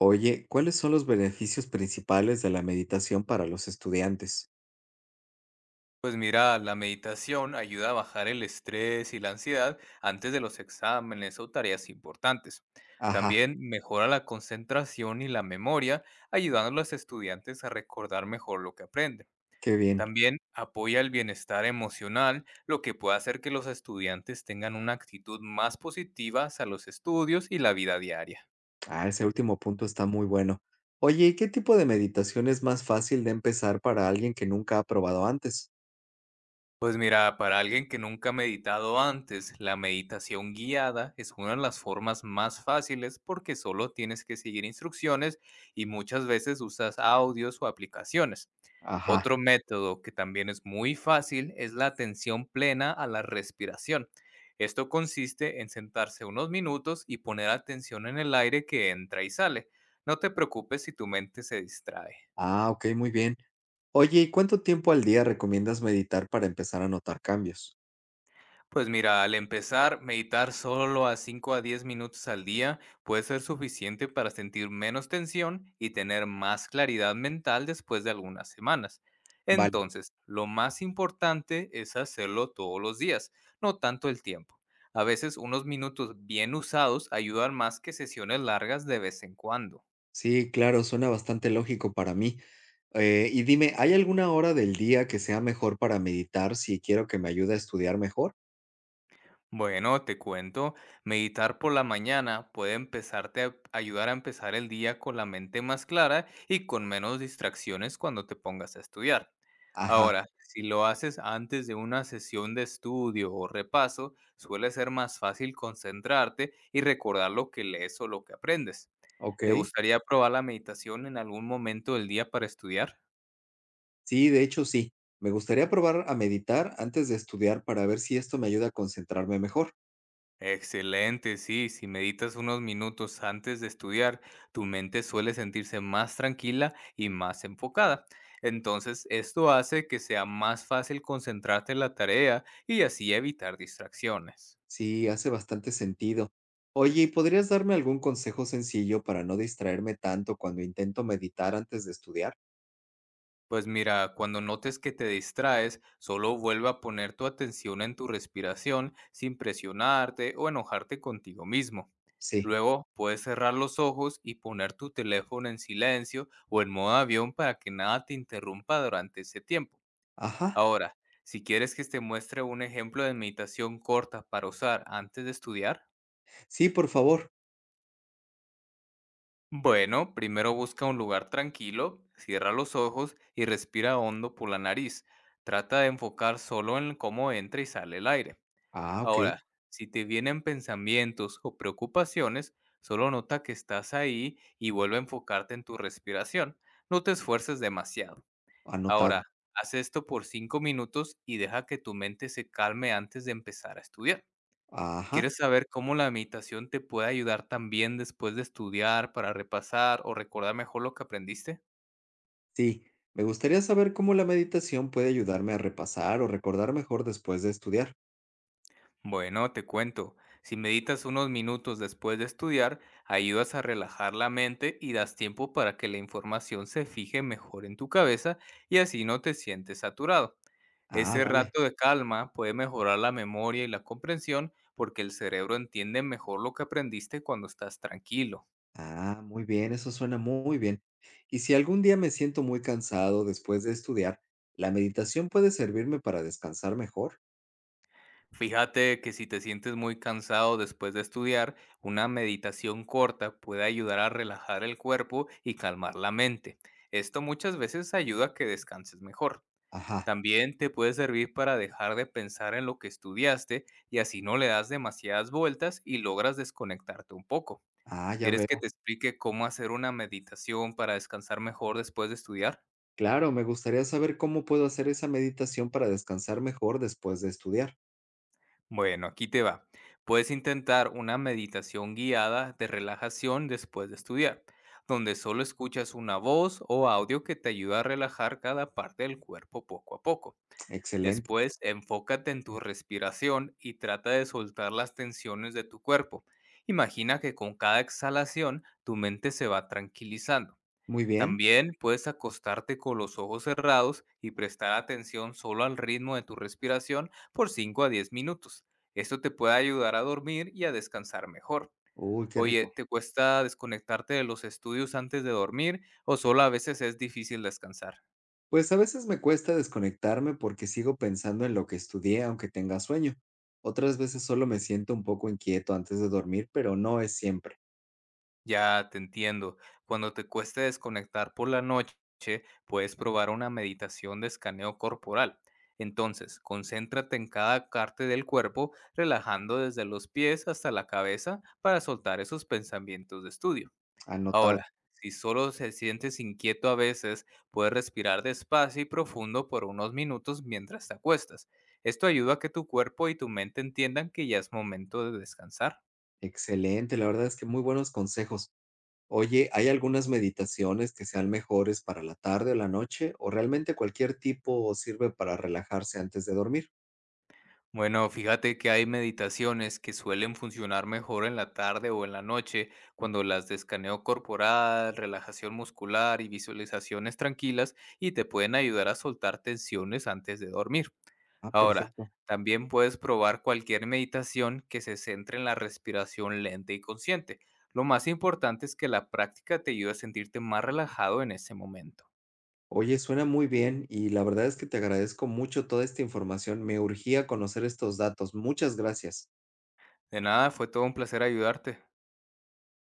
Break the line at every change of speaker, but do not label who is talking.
Oye, ¿cuáles son los beneficios principales de la meditación para los estudiantes?
Pues mira, la meditación ayuda a bajar el estrés y la ansiedad antes de los exámenes o tareas importantes.
Ajá,
También mejora la concentración y la memoria, ayudando a los estudiantes a recordar mejor lo que aprenden.
qué bien.
También apoya el bienestar emocional, lo que puede hacer que los estudiantes tengan una actitud más positiva hacia los estudios y la vida diaria.
Ah, ese último punto está muy bueno. Oye, ¿y qué tipo de meditación es más fácil de empezar para alguien que nunca ha probado antes?
Pues mira, para alguien que nunca ha meditado antes, la meditación guiada es una de las formas más fáciles porque solo tienes que seguir instrucciones y muchas veces usas audios o aplicaciones.
Ajá.
Otro método que también es muy fácil es la atención plena a la respiración. Esto consiste en sentarse unos minutos y poner atención en el aire que entra y sale. No te preocupes si tu mente se distrae.
Ah, ok, muy bien. Oye, ¿y cuánto tiempo al día recomiendas meditar para empezar a notar cambios?
Pues mira, al empezar, meditar solo a 5 a 10 minutos al día puede ser suficiente para sentir menos tensión y tener más claridad mental después de algunas semanas.
Vale.
Entonces, lo más importante es hacerlo todos los días, no tanto el tiempo. A veces unos minutos bien usados ayudan más que sesiones largas de vez en cuando.
Sí, claro, suena bastante lógico para mí. Y dime, ¿hay alguna hora del día que sea mejor para meditar si quiero que me ayude a estudiar mejor?
Bueno, te cuento, meditar por la mañana puede empezarte a ayudar a empezar el día con la mente más clara y con menos distracciones cuando te pongas a estudiar.
Ajá,
Ahora, si lo haces antes de una sesión de estudio o repaso, suele ser más fácil concentrarte y recordar lo que lees o lo que aprendes.
ok.
¿Te gustaría probar la meditación en algún momento del día para estudiar?
Sí, de hecho sí. Me gustaría probar a meditar antes de estudiar para ver si esto me ayuda a concentrarme mejor.
Excelente, sí, si meditas unos minutos antes de estudiar, tu mente suele sentirse más tranquila y más enfocada. Entonces, esto hace que sea más fácil concentrarte en la tarea y así evitar distracciones.
Sí, hace bastante sentido. Oye, ¿y podrías darme algún consejo sencillo para no distraerme tanto cuando intento meditar antes de estudiar?
Pues mira, cuando notes que te distraes, solo vuelve a poner tu atención en tu respiración sin presionarte o enojarte contigo mismo.
Sí.
Luego puedes cerrar los ojos y poner tu teléfono en silencio o en modo avión para que nada te interrumpa durante ese tiempo.
Ajá.
Ahora, si quieres que te muestre un ejemplo de meditación corta para usar antes de estudiar,
Sí, por favor.
bueno, primero busca un lugar tranquilo, cierra los ojos y respira hondo por la nariz. Trata de enfocar solo en cómo entra y sale el aire.
Ah, ok.
Ahora, si te vienen pensamientos o preocupaciones, solo nota que estás ahí y vuelve a enfocarte en tu respiración. No te esfuerces demasiado.
Anotado.
Ahora, haz esto por 5 minutos y deja que tu mente se calme antes de empezar a estudiar.
Ajá.
¿Quieres saber cómo la meditación te puede ayudar también después de estudiar para repasar o recordar mejor lo que aprendiste?
Sí. Me gustaría saber cómo la meditación puede ayudarme a repasar o recordar mejor después de estudiar.
Bueno, te cuento, si meditas unos minutos después de estudiar, ayudas a relajar la mente y das tiempo para que la información se fije mejor en tu cabeza y así no te sientes saturado.
Ah,
Ese
vale.
rato de calma puede mejorar la memoria y la comprensión porque el cerebro entiende mejor lo que aprendiste cuando estás tranquilo.
Ah, muy bien, eso suena muy bien. Y si algún día me siento muy cansado después de estudiar, ¿la meditación puede servirme para descansar mejor?
Fíjate que si te sientes muy cansado después de estudiar, una meditación corta puede ayudar a relajar el cuerpo y calmar la mente. Esto muchas veces ayuda a que descanses mejor.
Ajá,
También te puede servir para dejar de pensar en lo que estudiaste y así no le das demasiadas vueltas y logras desconectarte un poco.
ah, ya
¿Quieres que
veo.
te explique cómo hacer una meditación para descansar mejor después de estudiar?
Claro, me gustaría saber cómo puedo hacer esa meditación para descansar mejor después de estudiar.
Bueno, aquí te va. Puedes intentar una meditación guiada de relajación después de estudiar, donde solo escuchas una voz o audio que te ayuda a relajar cada parte del cuerpo poco a poco.
Excelente.
Después, enfócate en tu respiración y trata de soltar las tensiones de tu cuerpo. Imagina que con cada exhalación tu mente se va tranquilizando.
Muy bien.
También puedes acostarte con los ojos cerrados y prestar atención solo al ritmo de tu respiración por 5 a 10 minutos. Esto te puede ayudar a dormir y a descansar mejor.
Uy, qué
Oye,
rico.
¿te cuesta desconectarte de los estudios antes de dormir o solo a veces es difícil descansar?
Pues a veces me cuesta desconectarme porque sigo pensando en lo que estudié aunque tenga sueño. Otras veces solo me siento un poco inquieto antes de dormir, pero no es siempre.
Ya te entiendo. Cuando te cueste desconectar por la noche, puedes probar una meditación de escaneo corporal. Entonces, concéntrate en cada parte del cuerpo, relajando desde los pies hasta la cabeza para soltar esos pensamientos de estudio. Ahora,
Anotado.
si solo se sientes inquieto a veces, puedes respirar despacio y profundo por unos minutos mientras te acuestas. Esto ayuda a que tu cuerpo y tu mente entiendan que ya es momento de descansar.
Excelente, la verdad es que muy buenos consejos. Oye, ¿hay algunas meditaciones que sean mejores para la tarde o la noche? ¿O realmente cualquier tipo sirve para relajarse antes de dormir?
Bueno, fíjate que hay meditaciones que suelen funcionar mejor en la tarde o en la noche, cuando las de escaneo corporal, relajación muscular y visualizaciones tranquilas y te pueden ayudar a soltar tensiones antes de dormir.
Ah,
Ahora,
perfecto.
también puedes probar cualquier meditación que se centre en la respiración lenta y consciente. Lo más importante es que la práctica te ayude a sentirte más relajado en ese momento.
Oye, suena muy bien y la verdad es que te agradezco mucho toda esta información. Me urgía conocer estos datos. Muchas gracias.
De nada, fue todo un placer ayudarte.